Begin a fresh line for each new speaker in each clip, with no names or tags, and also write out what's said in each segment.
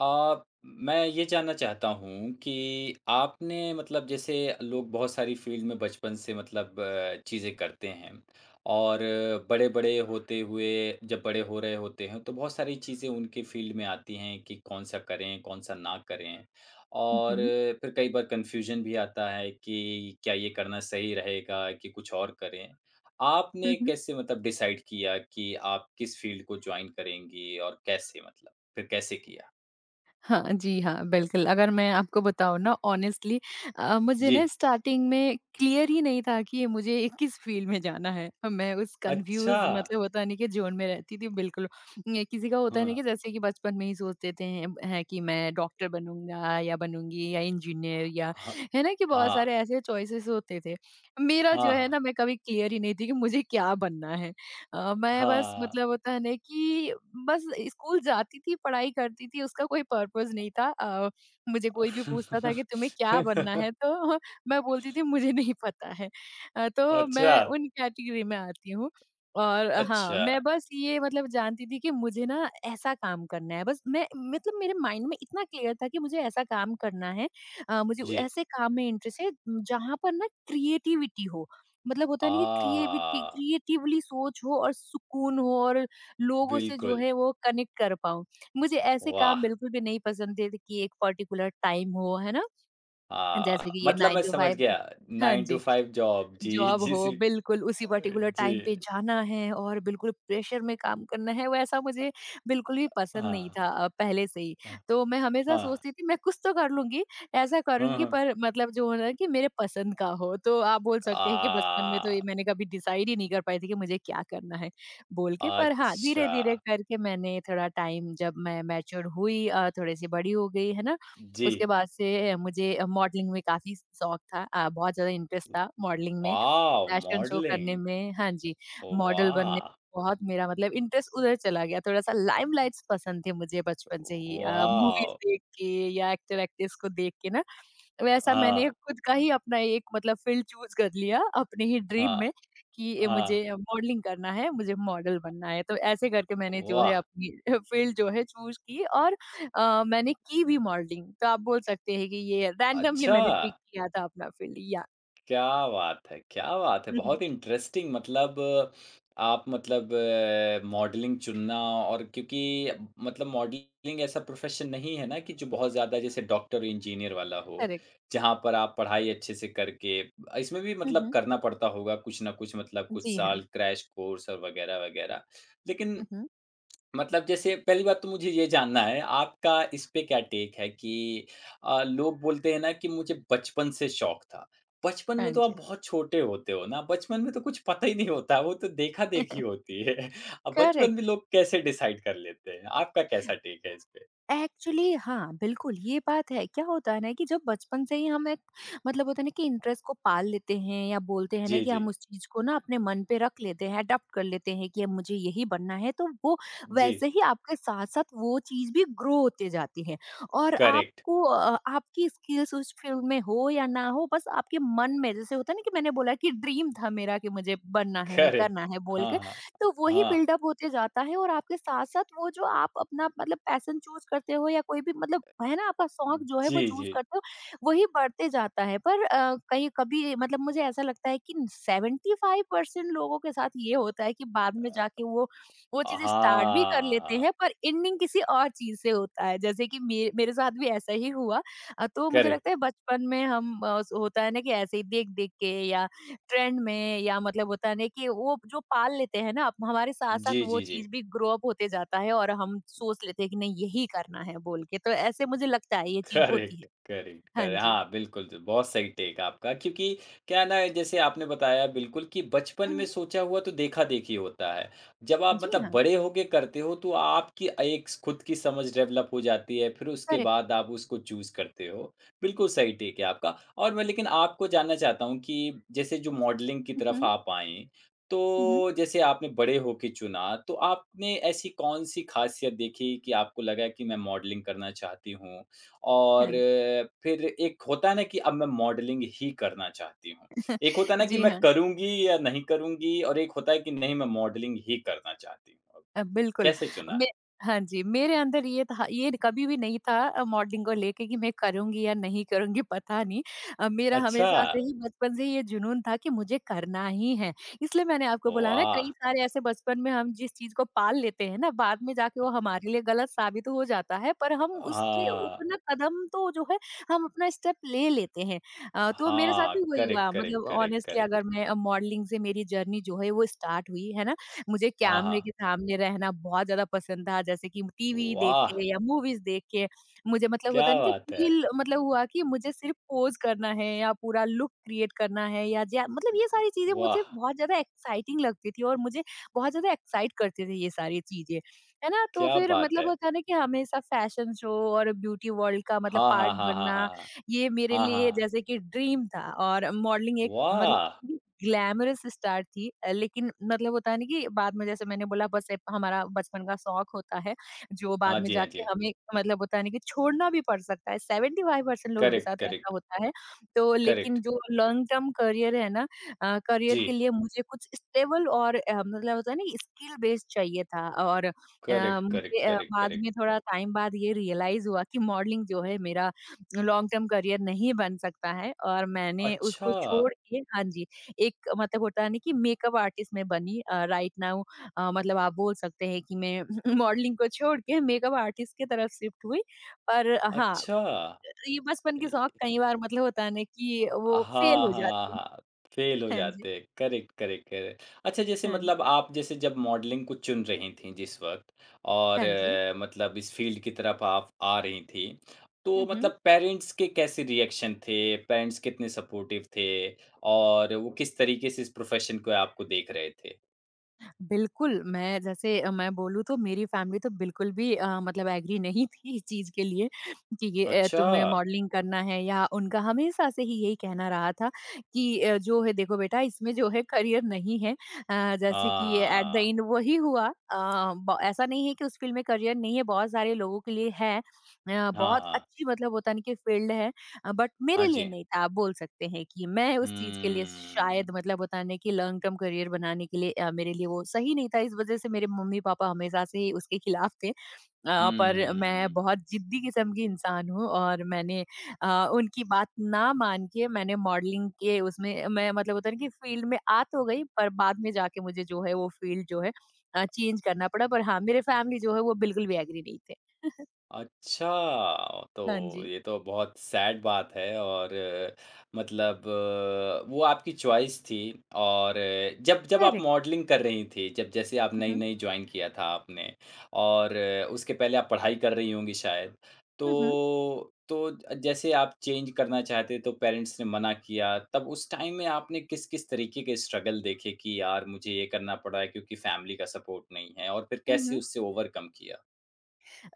मैं ये जानना चाहता हूँ कि आपने मतलब जैसे लोग बहुत सारी फील्ड में बचपन से मतलब चीज़ें करते हैं और बड़े-बड़े होते हुए जब बड़े हो रहे होते हैं तो बहुत सारी चीज़ें उनके फील्ड में आती हैं कि कौन सा करें, कौन सा ना करें।
हुँ,
और
हुँ।
फिर कई बार कन्फ्यूजन भी आता है कि क्या ये करना सही रहेगा कि कुछ और करें। आपने
हुँ, हुँ।
कैसे मतलब डिसाइड किया कि आप किस फील्ड को जॉइन करेंगी और कैसे मतलब? फिर कैसे किया?
हाँ, जी हाँ, बिल्कुल, अगर मैं आपको बताऊँ ना ऑनेस्टली मुझे
जी,
ना स्टार्टिंग में क्लियर ही नहीं था कि मुझे किस फ़ील्ड में जाना है। मैं उस
अच्छा!
कन्फ्यूज़ मतलब होता नहीं कि ज़ोन में रहती थी बिल्कुल। ये किसी का होता है ना
हाँ।
कि जैसे कि बचपन में ही सोच देते हैं कि मैं डॉक्टर बनूँगा या बनूँगी या इंजीनियर या
हाँ,
है ना कि बहुत
हाँ,
सारे ऐसे चॉइसेस होते थे। मेरा
हाँ,
जो है
हाँ।
ना मैं कभी क्लियर ही नहीं थी कि मुझे क्या बनना है। मैं बस
हाँ।
मतलब होता है ना कि बस स्कूल जाती थी, पढ़ाई करती थी, उसका कोई पर्पस नहीं था। मुझे कोई भी पूछता था कि तुम्हें क्या बनना है? तो मैं बोलती थी मुझे नहीं पता है। तो
अच्छा,
मैं उन कैटेगरी में आती हूँ। और हाँ,
अच्छा,
मैं बस ये मतलब जानती थी कि मुझे ना ऐसा काम करना है। बस मैं मतलब मेरे माइंड में इतना क्लियर था कि मुझे ऐसा काम करना है। मुझे
जी।
ऐसे काम में इंटरेस्ट है जहाँ पर ना क्रिएटिविटी हो। मतलब होता
आ,
नहीं कि क्रिएविटी क्रिएटिवली सोच हो और सुकून हो और लोगों से जो
बिल्कुल,
है वो कनेक्ट कर पाऊँ। मुझे ऐसे
वाह!
काम बिल्कुल भी नहीं पसंद थे कि एक पर्टिकुलर टाइम हो, है ना? जैसे कि ये
मतलब
9
मैं
टू
समझ
5
गया
हाँ
9 टू
जी।
5 जॉब जी,
जॉब
जी,
हो,
जी।
बिल्कुल उसी
अ,
पर्टिकुलर टाइम पे
जी,
जाना है और बिल्कुल प्रेशर में काम करना है, वैसा मुझे बिल्कुल भी पसंद नहीं
हाँ,
था पहले से ही।
हाँ,
तो मैं हमेशा
हाँ।
सोचती थी मैं कुछ तो कर लूँगी, ऐसा
हाँ,
करूँगी
हाँ।
पर मतलब जो होना है ना कि मेरे पसंद का हो। तो आप बोल सकते हैं कि बचपन में तो ये
आ,
मैंने कभी डिसाइड ही नहीं कर पाई थी कि मुझे क्या करना है, बोल के। पर हाँ,
अच्छा,
धीरे-धीरे करके मैंने थोड़ा टाइम जब मैं मैच्योर हुई थोड़ी-सी बड़ी हो गई, है ना?
जी।
उसके बाद से मुझे मॉडलिंग में काफ़ी शौक था, बहुत ज़्यादा इंटरेस्ट था मॉडलिंग में।
वाओ!
फैशन शो करने
मॉडलिंग,
में हाँ जी, मॉडल बनने में
वाह!
बहुत मेरा मतलब इंटरेस्ट उधर चला गया, थोड़ा-सा लाइमलाइट्स पसंद थे मुझे बचपन से ही, मूवीज़
वाओ!
देख के या एक्टर-एक्ट्रेस को देख के ना, वैसा
हाँ,
मैंने खुद का ही अपना एक मतलब फील्ड चूज़ कर लिया अपने ही ड्रीम में
हाँ,
कि ये मुझे
हाँ,
मॉडलिंग करना है, मुझे मॉडल बनना है। तो ऐसे करके मैंने जो है
वाह!
अपनी फील्ड जो है चूज़ की और मैंने की भी मॉडलिंग। तो आप बोल सकते हैं कि ये रैंडमली
अच्छा,
मैंने पिक किया था अपना फील्ड या
क्या बात है! क्या बात है!
हुँ, हुँ,
बहुत इंटरेस्टिंग मतलब आप मतलब मॉडलिंग चुनना और क्योंकि मतलब मॉडलिंग ऐसा प्रोफ़ेशन नहीं है ना कि जो बहुत ज़्यादा जैसे डॉक्टर, इंजीनियर वाला हो,
करेक्ट।
जहाँ पर आप पढ़ाई अच्छे से करके इसमें भी
हुँ,
मतलब
हुँ।
करना पड़ता होगा कुछ ना कुछ मतलब कुछ
जी हाँ।
साल क्रैश कोर्स और वग़ैरह-वग़ैरह। लेकिन
हुँ, हुँ।
मतलब जैसे पहली बात तो मुझे ये जानना है आपका इस पे क्या टेक है कि लोग बोलते हैं ना कि मुझे बचपन से शौक था। बचपन
हाँ
में तो आप
जी।
बहुत छोटे होते हो ना, बचपन में तो कुछ पता ही नहीं होता, वो तो देखा-देखी होती है। अब बचपन में
करेक्ट।
लोग कैसे डिसाइड कर लेते हैं? आपका कैसा टेक है इस पे?
एक्चुअली हाँ, बिल्कुल ये बात है। क्या होता है ना कि जब बचपन से ही हम एक मतलब होता है ना कि इंटरेस्ट को पाल लेते हैं या बोलते हैं ना
जी,
कि
जी।
हम उस चीज़ को ना अपने मन पे रख लेते हैं, अडॉप्ट कर लेते हैं कि अब मुझे यही बनना है, तो वो
जी,
वैसे ही आपके साथ-साथ वो चीज़ भी ग्रो होते जाती है और
करेक्ट,
आपकी स्किल्स उस फ़ील्ड में हो या ना हो, बस आपके मन में जैसे होता है ना कि मैंने बोला कि ड्रीम था मेरा कि मुझे बनना है या करना
करेक्ट।
है बोल
हाँ,
के
हाँ।
तो वही
हाँ,
बिल्डअप होते जाता है और आपके साथ-साथ वो जो आप अपना मतलब पैशन चूज़ करते हो या कोई भी मतलब है ना आपका शौक जो है वो
जी,
चूज़
जी।
करते हो, वही बढ़ते जाता है। पर कहीं कभी मतलब मुझे ऐसा लगता है कि 75% लोगों के साथ ये होता है कि बाद में
अ,
जाके वो चीज़ें स्टार्ट भी कर लेते
हाँ,
हैं पर एंडिंग किसी और चीज़ से होता है। जैसे कि मे मेरे साथ भी ऐसा ही हुआ। तो मुझे
करेक्ट।
लगता है बचपन में हम होता है ना कि ऐसे ही देख-देख के या ट्रेंड में या मतलब होता है ना कि वो जो पाल लेते हैं ना आप, हमारे साथ साथ
जी,
वो
जी, जी।
चीज भी ग्रो अप होते जाता है और हम सोच लेते हैं कि नहीं यही करना है बोल के, तो ऐसे मुझे लगता है ये चीज होती
करेक्ट,
है।
करेक्ट,
हाँ
करे
जी।
हाँ, बिल्कुल, ज बहुत सही टेक आपका क्योंकि क्या है ना, जैसे आपने बताया बिल्कुल कि बचपन में
हम्म।
सोचा हुआ तो देखा-देखी होता है। जब आप
जी
मतलब
हाँ।
बड़े होके करते हो तो आपकी एक स खुद की समझ डेवलप हो जाती है, फिर उसके
करेक्ट।
बाद आप उसको चूज़ करते हो। बिल्कुल सही टेक है आपका और मैं लेकिन आपको जानना चाहता हूँ कि जैसे जो मॉडलिंग की तरफ
हम्म।
आप आएँ,
हम्म।
तो जैसे आपने बड़े होके चुना, तो आपने ऐसी कौन-सी ख़ासियत देखी कि आपको लगा कि मैं मॉडलिंग करना चाहती हूँ?
हाँ
और
जी।
फिर एक होता है ना कि अब मैं मॉडलिंग ही करना चाहती हूँ। एक होता है ना कि
जी
मैं
हाँ।
करूँगी या नहीं करूँगी और एक होता है कि नहीं मैं मॉडलिंग ही करना चाहती हूँ। अब
बिल्कुल।
कैसे चुना?
मे हाँ जी, मेरे अंदर ये था, ये कभी भी नहीं था, मॉडलिंग को लेके कि मैं करूँगी या नहीं करूँगी, पता नहीं। मेरा
अच्छा,
हमेशा से ही बचपन से ही ये जुनून था कि मुझे करना ही है। इसलिए मैंने आपको बोला ना,
वाह!
कई सारे ऐसे बचपन में हम जिस चीज़ को पाल लेते हैं ना, बाद में जाके वो हमारे लिए गलत साबित हो जाता है पर हम उसके
हाँ,
ऊपर ना कदम तो जो है, हम अपना स्टेप ले लेते हैं। तो मेरे साथ
हाँ,
भी वही
करेक्ट,
हुआ
करेक्ट,
मतलब
करेक्ट,
ऑनेस्टली अगर
करेक्ट।
मैं मॉडलिंग से मेरी जर्नी जो है वो स्टार्ट हुई, है ना? मुझे
हाँ,
कैमरे
हाँ।
के सामने रहना बहुत ज़्यादा पसंद था, जैसे कि टीवी देख
वाह!
के या मूवीज़ देख के, मुझे मतलब
क्या
होता है ना कि
बात है!
फ़ील मतलब हुआ कि मुझे सिर्फ़ पोज़ करना है या पूरा लुक क्रिएट करना है या जा मतलब ये सारी चीज़ें मुझे
वाह!
बहुत ज़्यादा एक्साइटिंग लगती थी और मुझे बहुत ज़्यादा एक्साइट करती थी ये सारी चीज़ें, है ना? तो
क्या
फिर
बात
मतलब
है!
होता है ना कि हमेशा फ़ैशन शो और ब्यूटी वर्ल्ड का मतलब
हाँ, हाँ,
पार्ट
हाँ, हाँ, हाँ,
बनना,
हाँ।
ये मेरे
हाँ, हाँ।
लिए
हाँ।
जैसे कि ड्रीम था और मॉडलिंग एक मतलब
वाह!
ग्लैमरस स्टार थी, लेकिन मतलब होता है ना कि बाद में जैसे मैंने बोला, बस एक हमारा बचपन का शौक होता है, जो बाद
हाँ
में
जी, हाँ
जाके
जी।
हमें मतलब होता है ना कि छोड़ना भी पड़ सकता है, 75% लोगों के
करेक्ट,
साथ
करेक्ट,
ऐसा होता है। तो
करेक्ट।
लेकिन जो लॉन्ग टर्म करियर है ना, करियर के
जी,
लिए मुझे कुछ स्टेबल और मतलब होता है ना स्किल बेस्ड चाहिए था और अ,
करेक्ट, करेक्ट,
मुझे अ,
करेक्ट,
बाद में
करेक्ट।
थोड़ा टाइम बाद ये रियलाइज़ हुआ कि मॉडलिंग जो है मेरा लॉन्ग टर्म करियर नहीं बन सकता है और मैंने उसको
अच्छा!
छोड़ के हाँ जी। एक मतलब होता है ना कि मेकअप आर्टिस्ट मैं बनी राइट नाउ, मतलब आप बोल सकते हैं कि मैं मॉडलिंग को छोड़ के मेकअप आर्टिस्ट की तरफ शिफ्ट हुई। पर हाँ,
अच्छा!
ये बचपन के
इ
शौक कई बार मतलब होता है ना कि
हाँ,
वो फेल हो
हाँ,
जाते हैं।
हाँ। फेल हो
हाँ जी,
जाते हैं। Correct, correct, correct. अच्छा जैसे
हाँ,
मतलब आप जैसे जब मॉडलिंग को चुन रही थीं जिस वक़्त और
हाँ जी।
मतलब इस फ़ील्ड की तरफ आप आ रही थीं, तो
हुँ, हुँ।
मतलब पेरेंट्स के कैसे रिएक्शन थे? पेरेंट्स कितने सपोर्टिव थे? और वो किस तरीके से इस प्रोफ़ेशन को आपको देख रहे थे?
बिल्कुल, मैं जैसे अ, मैं बोलूँ तो मेरी फैमिली तो बिल्कुल भी मतलब एग्री नहीं थी इस चीज़ के लिए कि ये
अच्छा!
तुम्हें मॉडलिंग करना है, या उनका हमेशा से ही यही कहना रहा था कि जो है देखो बेटा इसमें जो है करियर नहीं है। जैसे कि एट द
हाँ।
एंड वही हुआ, अ, ब ऐसा नहीं है कि उस फ़ील्ड में करियर नहीं है, बहुत सारे लोगों के लिए है।
हाँ,
बहुत
हाँ।
अच्छी मतलब होता है ना कि फ़ील्ड है। बट
हाँ
मेरे लिए
जी।
नहीं था, आप बोल सकते हैं कि मैं उस चीज के लिए
हुँ।
शायद मतलब बताने कि लॉन्ग टर्म करियर बनाने के लिए मेरे लिए वो सही नहीं था, इस वजह से मेरे मम्मी पापा हमेशा से ही उसके खिलाफ थे, पर मैं
हुँ।
बहुत जिद्दी किस्म की इंसान हूँ और मैंने उनकी बात ना मान के मैंने मॉडलिंग के उसमें मैं मतलब होता है ना कि फील्ड में आ तो गई, पर बाद में जाके मुझे जो है वो फील्ड जो है चेंज करना पड़ा, पर हाँ मेरे फैमिली जो है वो बिल्कुल भी एग्री नहीं थे।
अच्छा,
हाँ
तो
जी।
ये तो बहुत सैड बात है और मतलब वो आपकी चॉइस थी और जब जब आप
करेक्ट।
मॉडलिंग कर रही थी, जब जैसे आप
हम्म।
नई-नई जॉइन किया था आपने और उसके पहले आप पढ़ाई कर रही होंगी शायद।
हम्म।
तो जैसे आप चेंज करना चाहते तो पेरेंट्स ने मना किया, तब उस टाइम में आपने किस-किस तरीके के स्ट्रगल देखे कि यार मुझे ये करना पड़ा है क्योंकि फैमिली का सपोर्ट नहीं है और फिर कैसे
हम्म।
उससे ओवरकम किया?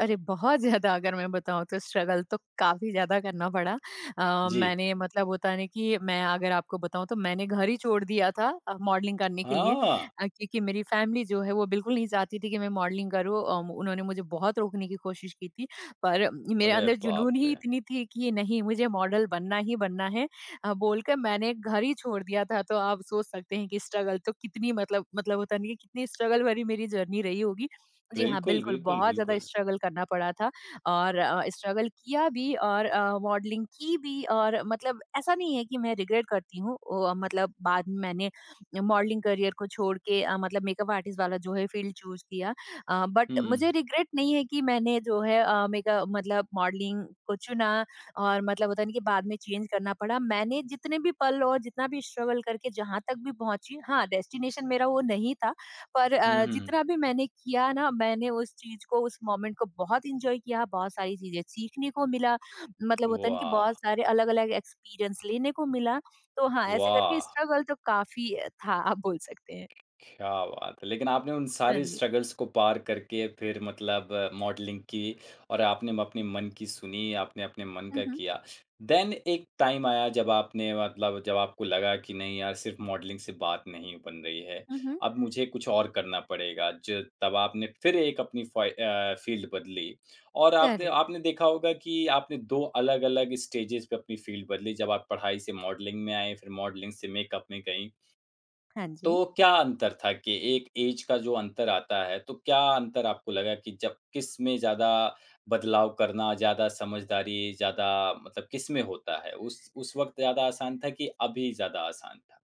अरे! बहुत ज़्यादा अगर मैं बताऊँ तो स्ट्रगल तो काफ़ी ज़्यादा करना पड़ा।
जी।
मैंने मतलब होता है ना कि मैं अगर आपको बताऊँ तो मैंने घर ही छोड़ दिया था मॉडलिंग करने के लिए
हाँ।
क्योंकि मेरी फैमिली जो है वो बिल्कुल नहीं चाहती थी कि मैं मॉडलिंग करूँ। उन्होंने मुझे बहुत रोकने की कोशिश की थी पर मेरे
अरे
अंदर
बाप
जुनून ही
रे!
इतनी थी कि नहीं मुझे मॉडल बनना ही बनना है बोलकर मैंने घर ही छोड़ दिया था। तो आप सोच सकते हैं कि स्ट्रगल तो कितनी मतलब होता नहीं है कितनी स्ट्रगल भरी मेरी जर्नी रही होगी। जी हाँ,
बिल्कुल,
बिल्कुल,
बिल्कुल,
बहुत ज़्यादा
बिल्कुल।
स्ट्रगल करना पड़ा था और स्ट्रगल किया भी और मॉडलिंग की भी और मतलब ऐसा नहीं है कि मैं रिग्रेट करती हूँ मतलब बाद में मैंने मॉडलिंग करियर को छोड़ के मतलब मेकअप आर्टिस्ट वाला जो है फील्ड चूज़ किया
हुँ,
बट मुझे रिग्रेट नहीं है कि मैंने जो है मेकअप मतलब मॉडलिंग को चुना और मतलब होता नहीं कि बाद में चेंज करना पड़ा। मैंने जितने भी पल और जितना भी स्ट्रगल करके जहाँ तक भी पहुँची हाँ, डेस्टिनेशन मेरा वो नहीं था पर
हुँ, हुँ।
जितना भी मैंने किया ना मैंने उस चीज़ को उस मोमेंट को बहुत एन्जॉय किया, बहुत सारी चीज़ें सीखने को मिला, मतलब होता है ना कि बहुत
वाह!
सारे अलग-अलग एक्सपीरियंस लेने को मिला। तो हाँ, ऐसे करके
वाह!
स्ट्रगल तो काफ़ी था, आप बोल सकते हैं।
क्या बात है! लेकिन आपने उन
हाँ
सारी
जी।
स्ट्रगल्स को पार करके फिर मतलब मॉडलिंग की और आपने म अपने मन की सुनी, आपने अपने मन
हुँ,
का
हुँ।
किया। देन एक टाइम आया जब आपने मतलब जब आपको लगा कि नहीं यार सिर्फ़ मॉडलिंग से बात नहीं बन रही है,
हुँ, हुँ।
अब मुझे कुछ और करना पड़ेगा। ज तब आपने फिर एक अपनी फ़ॉय फ़ील्ड बदली और आपने
करेक्ट।
आपने देखा होगा कि आपने 2 अलग-अलग स्टेजेज़ पे अपनी फ़ील्ड बदली। जब आप पढ़ाई से मॉडलिंग में आए, फिर मॉडलिंग से मेकअप में गईं।
हाँ
तो
जी।
क्या अंतर था कि एक ऐज का जो अंतर आता है, तो क्या अंतर आपको लगा कि जब किस में ज़्यादा बदलाव करना, ज़्यादा समझदारी, ज़्यादा मतलब किस में होता है? उस वक़्त ज़्यादा आसान था कि अभी ज़्यादा आसान था?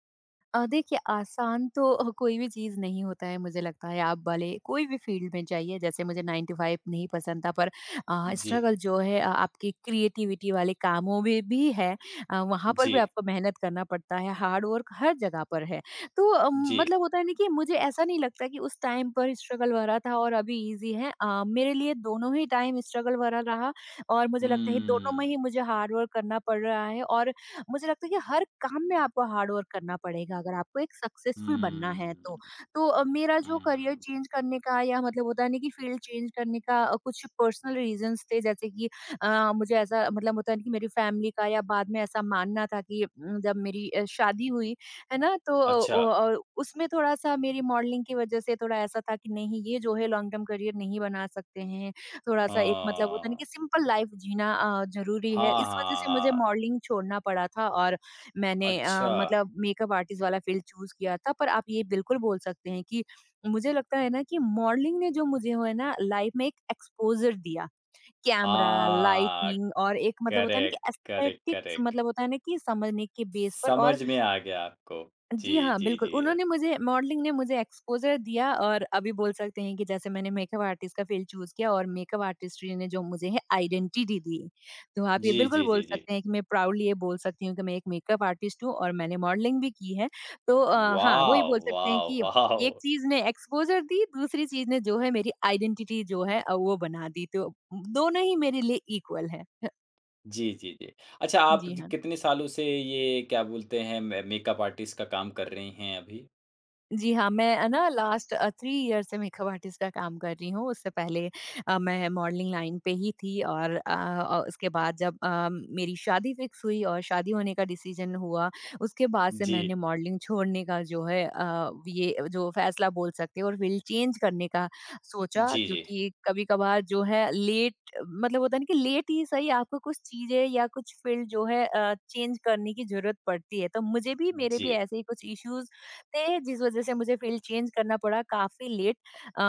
देखिए आसान तो कोई भी चीज़ नहीं होता है मुझे लगता है आप भले कोई भी फील्ड में जाइए जैसे मुझे 9 टू 5 नहीं पसंद था पर
जी,
स्ट्रगल जो है आपकी क्रिएटिविटी वाले कामों में भी है वहाँ पर भी
जी,
आपको मेहनत करना पड़ता है हार्ड वर्क हर जगह पर है। तो
जी।
मतलब होता है ना कि मुझे ऐसा नहीं लगता कि उस टाइम पर स्ट्रगल भरा था और अभी ईज़ी है मेरे लिए दोनों ही टाइम स्ट्रगल भरा रहा और मुझे लगता है दोनों में
हुँ,
ही मुझे हार्ड वर्क करना पड़ रहा है और मुझे लगता है कि हर काम में आपको हार्ड वर्क करना पड़ेगा अगर आपको एक सक्सेसफुल बनना है
हुँ,
तो मेरा जो करियर
हुँ।
चेंज करने का या मतलब होता है ना कि फील्ड चेंज करने का कुछ पर्सनल रीजंस थे जैसे कि मुझे ऐसा मतलब होता है ना कि मेरी फैमिली का या बाद में ऐसा मानना था कि जब मेरी शादी हुई है ना तो
अच्छा,
उसमें थोड़ा सा मेरी मॉडलिंग की वजह से थोड़ा ऐसा था कि नहीं ये जो है लॉन्ग टर्म करियर नहीं बना सकते हैं थोड़ा-सा एक मतलब होता है ना
हाँ।
कि सिंपल लाइफ जीना ज़रूरी है।
हाँ,
इस वजह
हाँ,
से मुझे
हाँ।
मॉडलिंग छोड़ना पड़ा था और मैंने
अच्छा,
मतलब मेकअप आर्टिस्ट वाला फ़ील्ड चूज़ किया था। पर आप ये बिल्कुल बोल सकते हैं कि मुझे लगता है ना कि मॉडलिंग ने जो मुझे हो है ना लाइफ में एक एक्सपोज़र दिया। कैमरा,
हाँ,
लाइटिंग और एक मतलब होता है ना कि
करेक्ट, करेक्ट,
एस्थेटिक्स
करेक्ट।
मतलब होता है ना कि समझने के बेस पर और
समझ में आ गया आपको।
जी
जी,
हाँ,
जी,
बिल्कुल।
जी।
उन्होंने मुझे मॉडलिंग ने मुझे एक्सपोज़र दिया और अभी बोल सकते हैं कि जैसे मैंने मेकअप आर्टिस्ट का फ़ील्ड चूज़ किया और मेकअप आर्टिस्ट्री ने जो मुझे है आइडेंटिटी दी। तो आप ये
जी,
बिल्कुल
जी,
बोल
जी, जी।
सकते हैं कि मैं प्राउडली ये बोल सकती हूँ कि मैं एक मेकअप आर्टिस्ट हूँ और मैंने मॉडलिंग भी की है। तो हाँ, वही
वाव!
बोल सकते हैं
वाव!
कि एक
वाव!
चीज़ ने एक्सपोज़र दी, दूसरी चीज़ ने जो है मेरी आइडेंटिटी जो है वो बना दी। तो दोनों ही मेरे लिए इक्वल है।
जी, जी, जी। अच्छा आप
जी
ज
हाँ।
कितने सालों से ये क्या बोलते हैं मे मेकअप आर्टिस्ट का काम कर रही हैं अभी?
जी हाँ, मैं ना लास्ट 3 ईयर से मेकअप आर्टिस्ट का काम कर रही हूँ। उससे पहले मैं मॉडलिंग लाइन पे ही थी और उसके बाद जब मेरी शादी फिक्स हुई और शादी होने का डिसीज़न हुआ, उसके बाद से
जी।
मैंने मॉडलिंग छोड़ने का जो है ये जो फ़ैसला बोल सकते हो और फ़ील्ड चेंज करने का सोचा
जी, जी।
क्योंकि कभी-कभार जो है लेट मतलब होता है ना कि लेट ही सही आपको कुछ चीज़ें या कुछ फ़ील्ड जो है चेंज करने की ज़रूरत पड़ती है। तो मुझे भी मेरे
जी।
भी ऐसे ही कुछ इश्यूज़ सकते हैं जिस वजह से मुझे फील्ड चेंज करना पड़ा काफ़ी लेट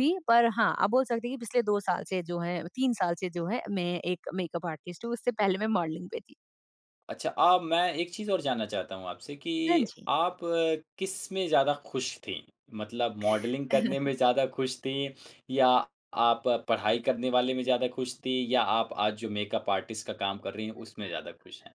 भी पर हाँ, आप बोल सकते हैं कि पिछले 2 साल से जो है 3 साल से जो है मैं एक मेकअप आर्टिस्ट हूँ, उससे पहले मैं मॉडलिंग पे थी।
अच्छा आप मैं एक चीज़ और जानना चाहता हूँ आपसे कि
हाँ जी।
आप किसमें ज़्यादा खुश थीं? मतलब मॉडलिंग करने में ज़्यादा खुश थीं या आप पढ़ाई करने वाले में ज़्यादा खुश थीं या आप आज जो मेकअप आर्टिस्ट का काम कर रही हैं उसमें ज़्यादा खुश हैं?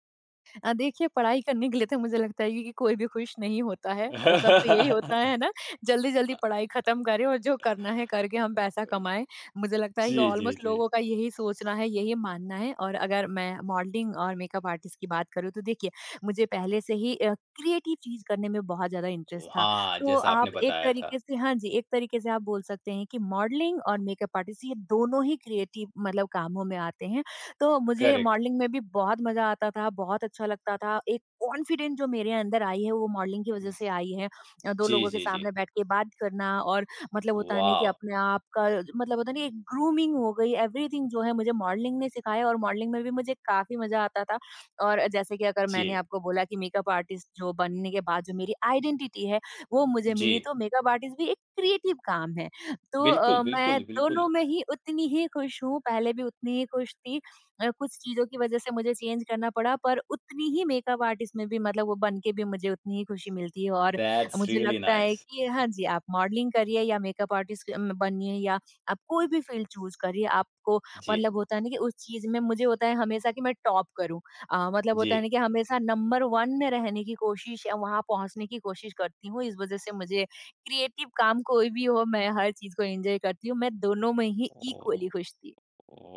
देखिए पढ़ाई करने के लिए तो मुझे लगता है कि कोई भी खुश नहीं होता है सबको यही होता है ना जल्दी-जल्दी पढ़ाई खत्म करें और जो करना है करके हम पैसा कमाएँ। मुझे लगता है कि
जी, जी,
ऑलमोस्ट
जी।
लोगों का यही सोचना है, यही मानना है और अगर मैं मॉडलिंग और मेकअप आर्टिस्ट की बात करूँ तो देखिए मुझे पहले से ही क्रिएटिव चीज़ करने में बहुत ज़्यादा इंटरेस्ट था।
हाँ,
तो
जैसा आपने
आप एक
बताया था।
तरीके से हाँ जी, एक तरीके से आप बोल सकते हैं कि मॉडलिंग और मेकअप आर्टिस्ट ये दोनों ही क्रिएटिव मतलब कामों में आते हैं। तो मुझे
करेक्ट।
मॉडलिंग में भी बहुत मज़ा आता था, बहुत अच्छा लगता था। एक कॉन्फिडेंट जो मेरे अंदर आई है वो मॉडलिंग की वज़ह से आई है। 2
जी,
लोगों के
जी, जी।
सामने बैठ के बात करना और मतलब होता है ना कि
वॉव!
अपने आप का मतलब होता है ना एक ग्रूमिंग हो गई, एवरीथिंग जो है मुझे मॉडलिंग ने सिखाया और मॉडलिंग में भी मुझे काफ़ी मज़ा आता था। और जैसे कि अगर मैंने
जी,
आपको बोला कि मेकअप आर्टिस्ट जो बनने के बाद जो मेरी आइडेंटिटी है, वो मुझे
जी।
मिली तो मेकअप आर्टिस्ट भी एक क्रिएटिव काम है। तो
बिल्कुल,
मैं
बिल्कुल, बिल्कुल।
दोनों में ही उतनी ही खुश हूँ, पहले भी उतनी ही खुश थी कुछ चीज़ों की वजह से मुझे चेंज करना पड़ा पर उतनी ही मेकअप आर्टिस्ट में भी मतलब वो बन के भी मुझे उतनी ही खुशी मिलती है और
दैट्स
मुझे
रियली
लगता है
नाइस।
कि हाँ जी, आप मॉडलिंग करिए या मेकअप आर्टिस्ट बनिए या आप कोई भी फील्ड चूज़ करिए, आपको
जी,
मतलब होता है ना कि उस चीज़ में मुझे होता है हमेशा कि मैं टॉप करूँ। मतलब
जी।
होता है ना कि हमेशा नंबर 1 में रहने की कोशिश या वहाँ पहुँचने की कोशिश करती हूँ। इस वजह से मुझे क्रिएटिव काम कोई भी हो, मैं हर चीज़ को एन्जॉय करती हूँ। मैं दोनों में ही इक्वली
ओह!
खुश थी।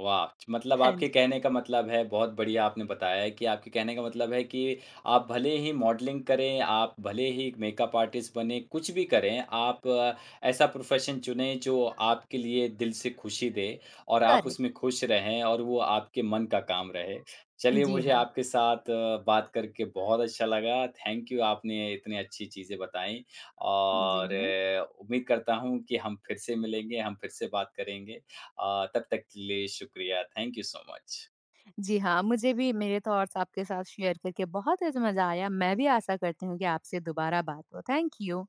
वाह! मतलब
हाँ
आपके
जी।
कहने का मतलब है बहुत बढ़िया आपने बताया है कि आपके कहने का मतलब है कि आप भले ही मॉडलिंग करें, आप भले ही मेकअप आर्टिस्ट बनें, कुछ भी करें, आप ऐसा प्रोफ़ेशन चुनें जो आपके लिए दिल से खुशी दे और आप
करेक्ट।
उसमें खुश रहें और वो आपके मन का काम रहे। चलिए,
जी
मुझे
हाँ,
आपके साथ बात करके बहुत अच्छा लगा। थैंक यू, आपने इतनी अच्छी चीज़ें बताईं
जी
और
हाँ।
उम्मीद करता हूँ कि हम फिर से मिलेंगे, हम फिर से बात करेंगे। तब तक के लिए शुक्रिया। Thank you so much.
जी हाँ, मुझे भी मेरे थॉट्स आपके साथ शेयर करके बहुत ही मज़ा आया। मैं भी आशा करती हूँ कि आपसे दोबारा बात हो। Thank you.